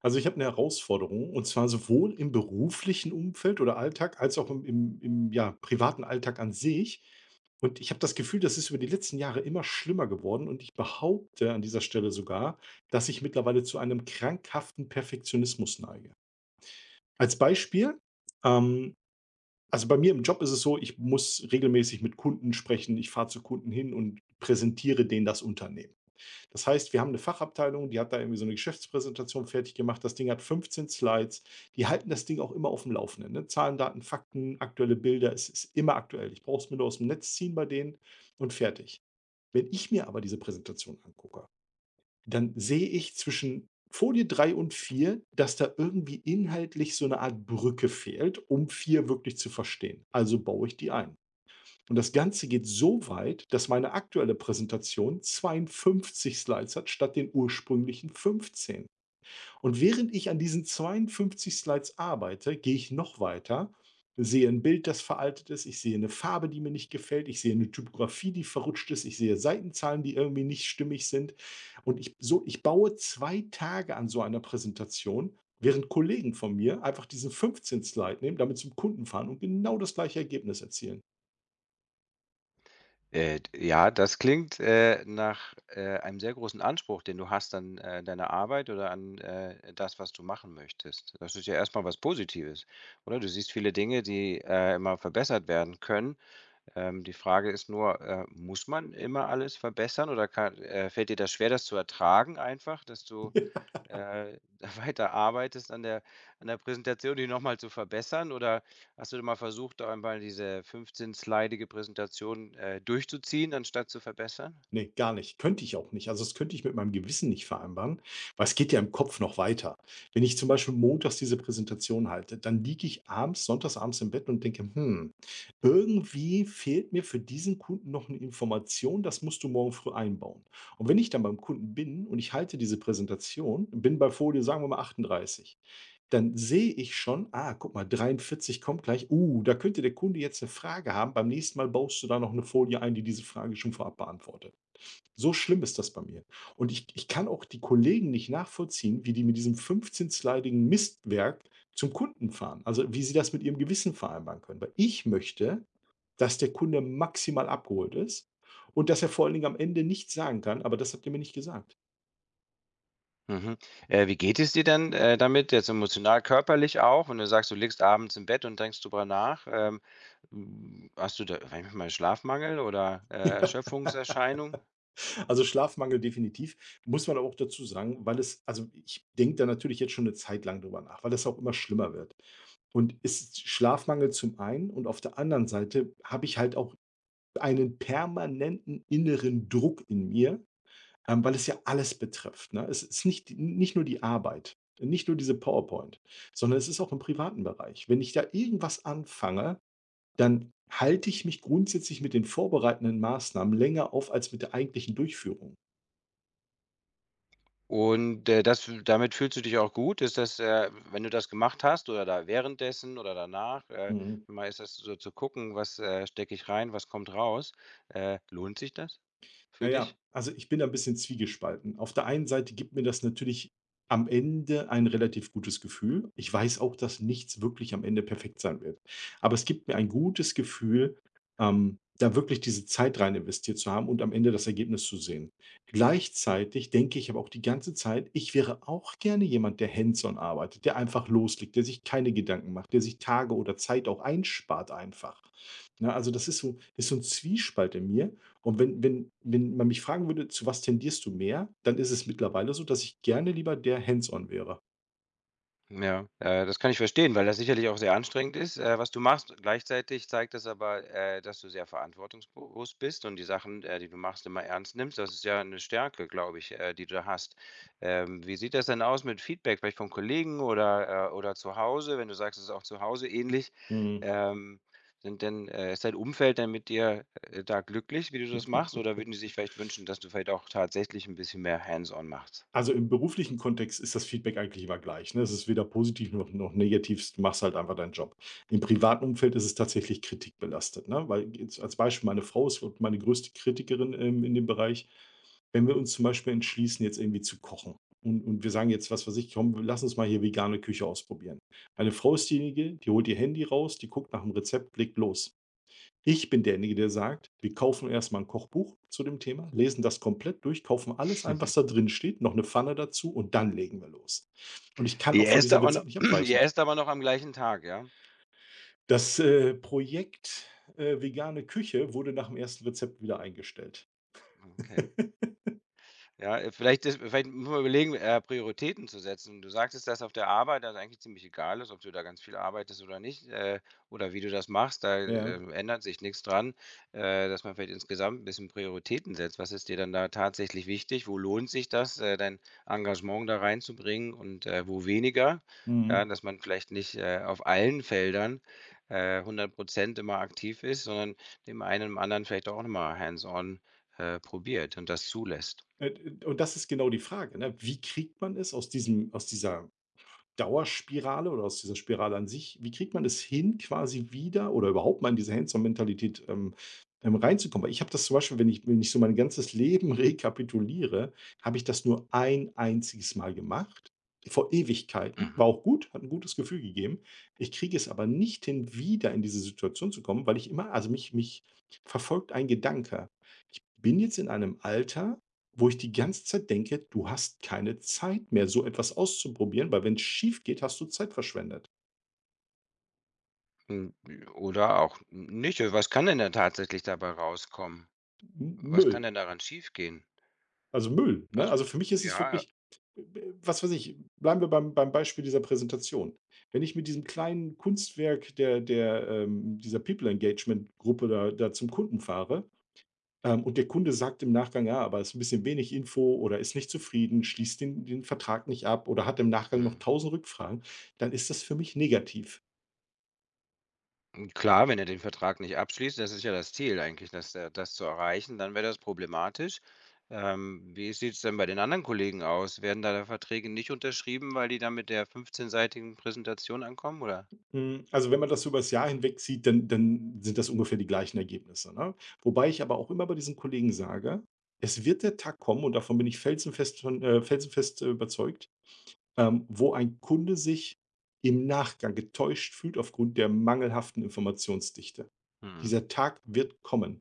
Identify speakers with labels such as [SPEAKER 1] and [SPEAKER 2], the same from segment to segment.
[SPEAKER 1] Also, ich habe eine Herausforderung, und zwar sowohl im beruflichen Umfeld oder Alltag als auch im, ja, privaten Alltag an sich. Und ich habe das Gefühl, das ist über die letzten Jahre immer schlimmer geworden, und ich behaupte an dieser Stelle sogar, dass ich mittlerweile zu einem krankhaften Perfektionismus neige. Als Beispiel, ähm also bei mir im Job ist es so, ich muss regelmäßig mit Kunden sprechen, ich fahre zu Kunden hin und präsentiere denen das Unternehmen. Das heißt, wir haben eine Fachabteilung, die hat da irgendwie so eine Geschäftspräsentation fertig gemacht. Das Ding hat 15 Slides. Die halten das Ding auch immer auf dem Laufenden, ne? Zahlen, Daten, Fakten, aktuelle Bilder. Es ist immer aktuell. Ich brauche es mir nur aus dem Netz ziehen bei denen und fertig. Wenn ich mir aber diese Präsentation angucke, dann sehe ich zwischen Folie 3 und 4, dass da irgendwie inhaltlich so eine Art Brücke fehlt, um 4 wirklich zu verstehen. Also baue ich die ein. Und das Ganze geht so weit, dass meine aktuelle Präsentation 52 Slides hat statt den ursprünglichen 15. Und während ich an diesen 52 Slides arbeite, gehe ich noch weiter, sehe ein Bild, das veraltet ist, ich sehe eine Farbe, die mir nicht gefällt, ich sehe eine Typografie, die verrutscht ist, ich sehe Seitenzahlen, die irgendwie nicht stimmig sind. Und ich, so, ich baue 2 Tage an so einer Präsentation. Während Kollegen von mir einfach diesen 15 Slide nehmen, damit zum Kunden fahren und genau das gleiche Ergebnis erzielen.
[SPEAKER 2] D ja, das klingt nach, einem sehr großen Anspruch, den du hast an, deine Arbeit oder an, das, was du machen möchtest. Das ist ja erstmal was Positives, oder? Du siehst viele Dinge, die, immer verbessert werden können. Die Frage ist nur, muss man immer alles verbessern oder kann fällt dir das schwer, das zu ertragen einfach, dass du da weiterarbeitest an der Präsentation, die nochmal zu verbessern? Oder hast du mal versucht, da einmal diese 15-slidige Präsentation, durchzuziehen, anstatt zu verbessern?
[SPEAKER 1] Ne, gar nicht. Könnte ich auch nicht. Also, das könnte ich mit meinem Gewissen nicht vereinbaren, weil es geht ja im Kopf noch weiter. Wenn ich zum Beispiel montags diese Präsentation halte, dann liege ich abends, sonntags abends im Bett und denke: „Hm, irgendwie fehlt mir für diesen Kunden noch eine Information, das musst du morgen früh einbauen.“ Und wenn ich dann beim Kunden bin und ich halte diese Präsentation, bin bei Folie, sagen wir mal 38, dann sehe ich schon: „Ah, guck mal, 43 kommt gleich. Da könnte der Kunde jetzt eine Frage haben. Beim nächsten Mal baust du da noch eine Folie ein, die diese Frage schon vorab beantwortet.“ So schlimm ist das bei mir. Und ich kann auch die Kollegen nicht nachvollziehen, wie die mit diesem 15-sleidigen Mistwerk zum Kunden fahren. Also, wie sie das mit ihrem Gewissen vereinbaren können. Weil ich möchte, dass der Kunde maximal abgeholt ist und dass er vor allen Dingen am Ende nichts sagen kann: „Aber das habt ihr mir nicht gesagt.“
[SPEAKER 2] Mhm. Wie geht es dir denn, damit jetzt emotional, körperlich auch, wenn du sagst, du liegst abends im Bett und denkst drüber nach? Hast du da manchmal Schlafmangel oder,
[SPEAKER 1] Ja.
[SPEAKER 2] Erschöpfungserscheinungen?
[SPEAKER 1] Also, Schlafmangel definitiv. Muss man aber auch dazu sagen, weil es, also, ich denke da natürlich jetzt schon eine Zeit lang drüber nach, weil das auch immer schlimmer wird. Und es ist Schlafmangel zum einen und auf der anderen Seite habe ich halt auch einen permanenten inneren Druck in mir, weil es ja alles betrifft, ne? Es ist nicht nur die Arbeit, nicht nur diese PowerPoint, sondern es ist auch im privaten Bereich. Wenn ich da irgendwas anfange, dann halte ich mich grundsätzlich mit den vorbereitenden Maßnahmen länger auf als mit der eigentlichen Durchführung.
[SPEAKER 2] Und, das damit fühlst du dich auch gut? Ist das, wenn du das gemacht hast oder da währenddessen oder danach,
[SPEAKER 1] Mhm.
[SPEAKER 2] mal ist das so zu gucken, was, stecke ich rein, was kommt raus? Lohnt sich das
[SPEAKER 1] Na
[SPEAKER 2] für
[SPEAKER 1] ja,
[SPEAKER 2] dich?
[SPEAKER 1] also ich bin da 'n bisschen zwiegespalten. Auf der einen Seite gibt mir das natürlich am Ende ein relativ gutes Gefühl. Ich weiß auch, dass nichts wirklich am Ende perfekt sein wird. Aber es gibt mir ein gutes Gefühl, da wirklich diese Zeit rein investiert zu haben und am Ende das Ergebnis zu sehen. Gleichzeitig denke ich aber auch die ganze Zeit, ich wäre auch gerne jemand, der hands on arbeitet, der einfach loslegt, der sich keine Gedanken macht, der sich Tage oder Zeit auch einspart einfach. Ne, also das ist so, ist so ein Zwiespalt in mir. Und wenn man mich fragen würde: „Zu was tendierst du mehr?“, dann ist es mittlerweile so, dass ich gerne lieber der hands-on wäre.
[SPEAKER 2] Ja, das kann ich verstehen, weil das sicherlich auch sehr anstrengend ist, was du machst. Gleichzeitig zeigt das aber, dass du sehr verantwortungsbewusst bist und die Sachen, die du machst, immer ernst nimmst. Das ist ja eine Stärke, glaube ich, die du hast. Wie sieht das denn aus mit Feedback, vielleicht von Kollegen oder zu Hause, wenn du sagst, es ist auch zu Hause ähnlich?
[SPEAKER 1] Mhm.
[SPEAKER 2] Ähm, sind denn ist dein Umfeld denn mit dir, da glücklich, wie du das machst, oder würden die sich vielleicht wünschen, dass du vielleicht auch tatsächlich ein bisschen mehr hands on machst?
[SPEAKER 1] Also, im beruflichen Kontext ist das Feedback eigentlich immer gleich, ne? Es ist weder positiv noch negativ, du machst halt einfach deinen Job. Im privaten Umfeld ist es tatsächlich kritikbelastet, ne? Weil jetzt als Beispiel, meine Frau ist meine größte Kritikerin, in dem Bereich. Wenn wir uns zum Beispiel entschließen, jetzt irgendwie zu kochen, und wir sagen jetzt, was weiß ich: „Komm, lass uns mal hier vegane Küche ausprobieren.“ Meine Frau ist diejenige, die holt ihr Handy raus, die guckt nach dem Rezept, blickt los. Ich bin derjenige, der sagt: „Wir kaufen erst mal 'n Kochbuch zu dem Thema, lesen das komplett durch, kaufen alles ein, was da drin steht, noch eine Pfanne dazu und dann legen wir los.“ Und ich kann auch
[SPEAKER 2] Ihr
[SPEAKER 1] von
[SPEAKER 2] esst
[SPEAKER 1] diesem
[SPEAKER 2] aber
[SPEAKER 1] Rezept
[SPEAKER 2] noch,
[SPEAKER 1] nicht
[SPEAKER 2] ihr
[SPEAKER 1] abweichen.
[SPEAKER 2] esst aber noch am gleichen Tag, ja?
[SPEAKER 1] Das Projekt, vegane Küche wurde nach dem ersten Rezept wieder eingestellt.
[SPEAKER 2] Okay. Ja, vielleicht müssen wir überlegen, Prioritäten zu setzen. Du sagtest, dass auf der Arbeit das eigentlich ziemlich egal ist, ob du da ganz viel arbeitest oder nicht, oder wie du das machst, da,
[SPEAKER 1] Ja,
[SPEAKER 2] ändert sich nichts dran, dass man vielleicht insgesamt ein bisschen Prioritäten setzt. Was ist dir dann da tatsächlich wichtig? Wo lohnt sich das, dein Engagement da reinzubringen und, wo weniger? Ja,
[SPEAKER 1] mhm.
[SPEAKER 2] dass man vielleicht nicht, auf allen Feldern, hundert Prozent immer aktiv ist, sondern dem einen im anderen vielleicht auch noch mal hands on, probiert und das zulässt.
[SPEAKER 1] Äh, und das ist genau die Frage, ne? Wie kriegt man es aus diesem, aus dieser Dauerspirale oder aus dieser Spirale an sich, wie kriegt man es hin, quasi wieder oder überhaupt mal in diese Hands-on-Mentalität, reinzukommen? Weil ich habe das zum Beispiel, wenn ich so mein ganzes Leben rekapituliere, habe ich das nur ein einziges Mal gemacht, vor Ewigkeiten.
[SPEAKER 2] Mhm.
[SPEAKER 1] War auch gut, hat ein gutes Gefühl gegeben. Ich kriege es aber nicht hin, wieder in diese Situation zu kommen, weil ich immer, also, mich verfolgt ein Gedanke. Ich bin jetzt in einem Alter, wo ich die ganze Zeit denke, du hast keine Zeit mehr, so etwas auszuprobieren, weil wenn's schief geht, hast du Zeit verschwendet.
[SPEAKER 2] Hm, oder auch nicht. Also, was kann denn dann tatsächlich dabei rauskommen?
[SPEAKER 1] M
[SPEAKER 2] Was kann
[SPEAKER 1] Müll.
[SPEAKER 2] denn daran schiefgehen?
[SPEAKER 1] Also Müll, ne?
[SPEAKER 2] Also,
[SPEAKER 1] Also, für mich ist es
[SPEAKER 2] ja,
[SPEAKER 1] wirklich, was weiß ich, bleiben wir beim Beispiel dieser Präsentation. Wenn ich mit diesem kleinen Kunstwerk der dieser People Engagement Gruppe da zum Kunden fahre, und der Kunde sagt im Nachgang: „Ja, aber ist ein bisschen wenig Info“, oder ist nicht zufrieden, schließt den Vertrag nicht ab oder hat im Nachgang noch
[SPEAKER 2] mhm.
[SPEAKER 1] tausend Rückfragen, dann ist das für mich negativ.
[SPEAKER 2] Hm, klar, wenn er den Vertrag nicht abschließt, das ist ja das Ziel eigentlich, dass er das zu erreichen, dann wäre das problematisch. Wie sieht's denn bei den anderen Kollegen aus? Werden da Verträge nicht unterschrieben, weil die dann mit der 15-seitigen Präsentation ankommen, oder?
[SPEAKER 1] Hm, also wenn man das so über das Jahr hinweg sieht, dann sind das ungefähr die gleichen Ergebnisse, ne? Wobei ich aber auch immer bei diesen Kollegen sage: „Es wird der Tag kommen“, und davon bin ich felsenfest, von felsenfest, überzeugt, wo ein Kunde sich im Nachgang getäuscht fühlt aufgrund der mangelhaften Informationsdichte.
[SPEAKER 2] Mhm.
[SPEAKER 1] Dieser Tag wird kommen.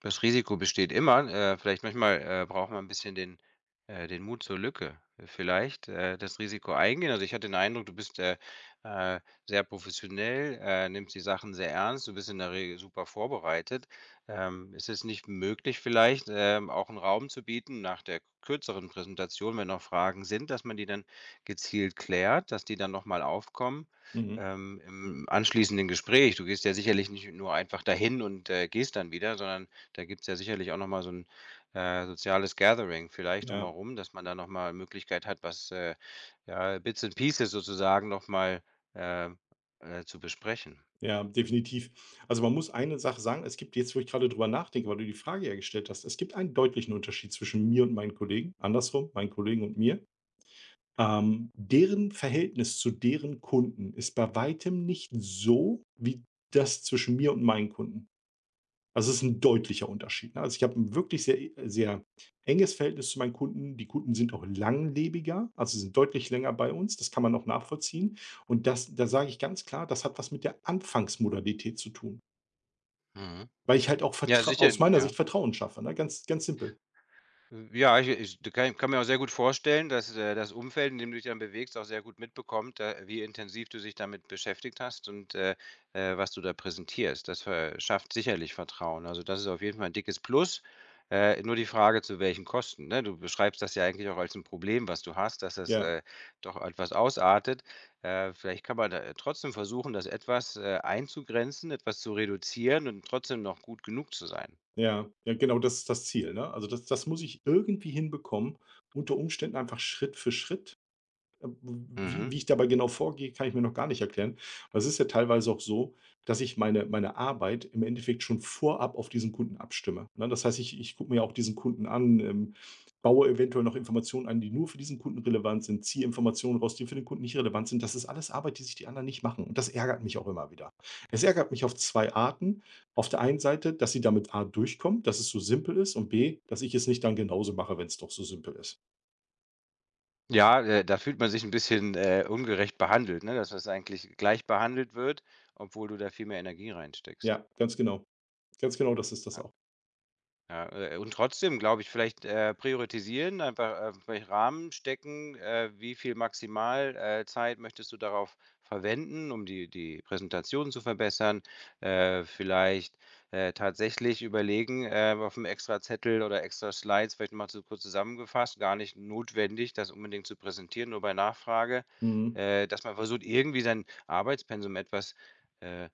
[SPEAKER 2] Das Risiko besteht immer. Vielleicht manchmal, braucht man ein bisschen den den Mut zur Lücke vielleicht, das Risiko eingehen. Also, ich hatte den Eindruck, du bist, äh, sehr professionell, nimmst die Sachen sehr ernst. Du bist in der Regel super vorbereitet. Ist es nicht möglich vielleicht, auch einen Raum zu bieten nach der kürzeren Präsentation, wenn noch Fragen sind, dass man die dann gezielt klärt, dass die dann noch mal aufkommen,
[SPEAKER 1] Mhm.
[SPEAKER 2] im anschließenden Gespräch? Du gehst ja sicherlich nicht nur einfach dahin und, gehst dann wieder, sondern da gibt's ja sicherlich auch noch mal so ein soziales Gathering vielleicht
[SPEAKER 1] Ja,
[SPEAKER 2] drumherum, dass man da noch mal Möglichkeit hat, was, ja, Bits and Pieces sozusagen noch mal, ähm, zu besprechen.
[SPEAKER 1] ja, definitiv. Also, man muss eine Sache sagen, es gibt jetzt, wo ich gerade drüber nachdenke, weil du die Frage ja gestellt hast, es gibt einen deutlichen Unterschied zwischen mir und meinen Kollegen, andersrum, meinen Kollegen und mir. Deren Verhältnis zu deren Kunden ist bei weitem nicht so wie das zwischen mir und meinen Kunden. Also, es ist ein deutlicher Unterschied, ne? Also, ich habe ein wirklich sehr enges Verhältnis zu meinen Kunden. Die Kunden sind auch langlebiger, also, sind deutlich länger bei uns. Das kann man auch nachvollziehen. Und das, da sage ich ganz klar, das hat was mit der Anfangsmodalität zu tun,
[SPEAKER 2] Mhm.
[SPEAKER 1] weil ich halt auch
[SPEAKER 2] Ja,
[SPEAKER 1] vertrau
[SPEAKER 2] sicher,
[SPEAKER 1] aus meiner Sicht
[SPEAKER 2] ja.
[SPEAKER 1] Vertrauen schaffe, ne? Ganz ganz simpel.
[SPEAKER 2] Ja, ich ich d kann kann mir auch sehr gut vorstellen, dass, das Umfeld, in dem du dich dann bewegst, auch sehr gut mitbekommt, wie intensiv du dich damit beschäftigt hast und, was du da präsentierst. Das verschafft sicherlich Vertrauen. Also, das ist auf jeden Fall ein dickes Plus. Nur die Frage, zu welchen Kosten, ne? Du beschreibst das ja eigentlich auch als ein Problem, was du hast, dass das,
[SPEAKER 1] Ja.
[SPEAKER 2] doch etwas ausartet. Vielleicht kann man da trotzdem versuchen, das etwas, einzugrenzen, etwas zu reduzieren und trotzdem noch gut genug zu sein.
[SPEAKER 1] Ja, ja, genau, das ist das Ziel, ne? Also, das das muss ich irgendwie hinbekommen, unter Umständen einfach Schritt für Schritt. Wie
[SPEAKER 2] Mhm.
[SPEAKER 1] wie ich dabei genau vorgehe, kann ich mir noch gar nicht erklären. Aber es ist ja teilweise auch so, dass ich meine Arbeit im Endeffekt schon vorab auf diesen Kunden abstimme, ne? Das heißt, ich gucke mir auch diesen Kunden an, baue eventuell noch Informationen ein, die nur für diesen Kunden relevant sind, ziehe Informationen raus, die für den Kunden nicht relevant sind. Das ist alles Arbeit, die sich die anderen nicht machen, und das ärgert mich auch immer wieder. Es ärgert mich auf 2 Arten. Auf der einen Seite, dass sie damit A durchkommt, dass es so simpel ist, und B, dass ich es nicht dann genauso mache, wenn es doch so simpel ist.
[SPEAKER 2] Ja, da fühlt man sich ein bisschen, ungerecht behandelt, ne, dass das eigentlich gleich behandelt wird, obwohl du da viel mehr Energie reinsteckst.
[SPEAKER 1] Ja, ganz genau. Ganz genau, das ist das.
[SPEAKER 2] Ja. Ja, und trotzdem glaube ich, vielleicht, priorisieren, einfach, vielleicht Rahmen stecken, wie viel maximal, Zeit möchtest du darauf verwenden, um die Präsentation zu verbessern. Vielleicht, tatsächlich überlegen, auf einem extra Zettel oder extra Slides, vielleicht mal du kurz zusammengefasst, gar nicht notwendig, das unbedingt zu präsentieren, nur bei Nachfrage,
[SPEAKER 1] Mhm.
[SPEAKER 2] dass man versucht, irgendwie sein Arbeitspensum etwas, äh,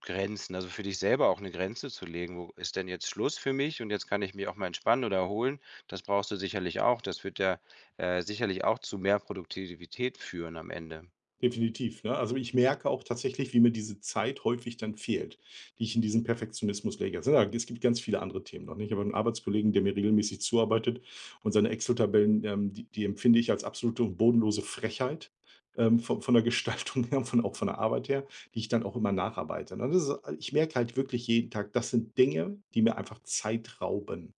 [SPEAKER 2] Grenzen, also für dich selber auch eine Grenze zu legen. Wo ist denn jetzt Schluss für mich und jetzt kann ich mich auch mal entspannen oder erholen. Das brauchst du sicherlich auch. Das wird ja, sicherlich auch zu mehr Produktivität führen am Ende.
[SPEAKER 1] Definitiv, ne? Also, ich merke auch tatsächlich, wie mir diese Zeit häufig dann fehlt, die ich in diesen Perfektionismus lege. Also, ja, es gibt ganz viele andere Themen noch, ne? Ich habe einen Arbeitskollegen, der mir regelmäßig zuarbeitet, und seine Excel-Tabellen, die empfinde ich als absolute und bodenlose Frechheit, von der Gestaltung her, und von auch von der Arbeit her, die ich dann auch immer nacharbeite. Und das ist, ich merke halt wirklich jeden Tag, das sind Dinge, die mir einfach Zeit rauben,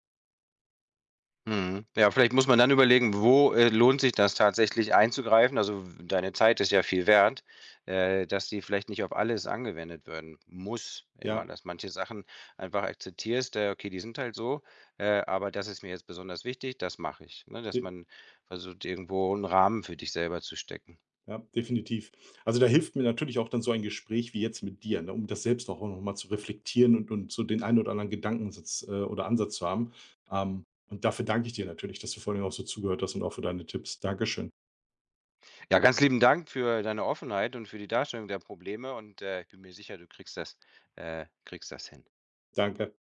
[SPEAKER 2] Mhm. Ja, vielleicht muss man dann überlegen, wo, lohnt sich das tatsächlich einzugreifen? Also, w deine Zeit ist ja viel wert, dass die vielleicht nicht auf alles angewendet werden muss immer,
[SPEAKER 1] ja.
[SPEAKER 2] dass manche Sachen einfach akzeptierst, okay, die sind halt so, aber das ist mir jetzt besonders wichtig, das mache ich, ne? Dass man versucht, irgendwo einen Rahmen für dich selber zu stecken.
[SPEAKER 1] Ja, definitiv. Also, da hilft mir natürlich auch dann so ein Gespräch wie jetzt mit dir, ne, um das selbst auch noch mal zu reflektieren, und so den einen oder anderen Gedankensatz, oder Ansatz zu haben. Ähm, und dafür danke ich dir natürlich, dass du vor allen auch so zugehört hast und auch für deine Tipps. Dankeschön.
[SPEAKER 2] Ja, ganz lieben Dank für deine Offenheit und für die Darstellung der Probleme und, ich bin mir sicher, du kriegst das hin.
[SPEAKER 1] Danke.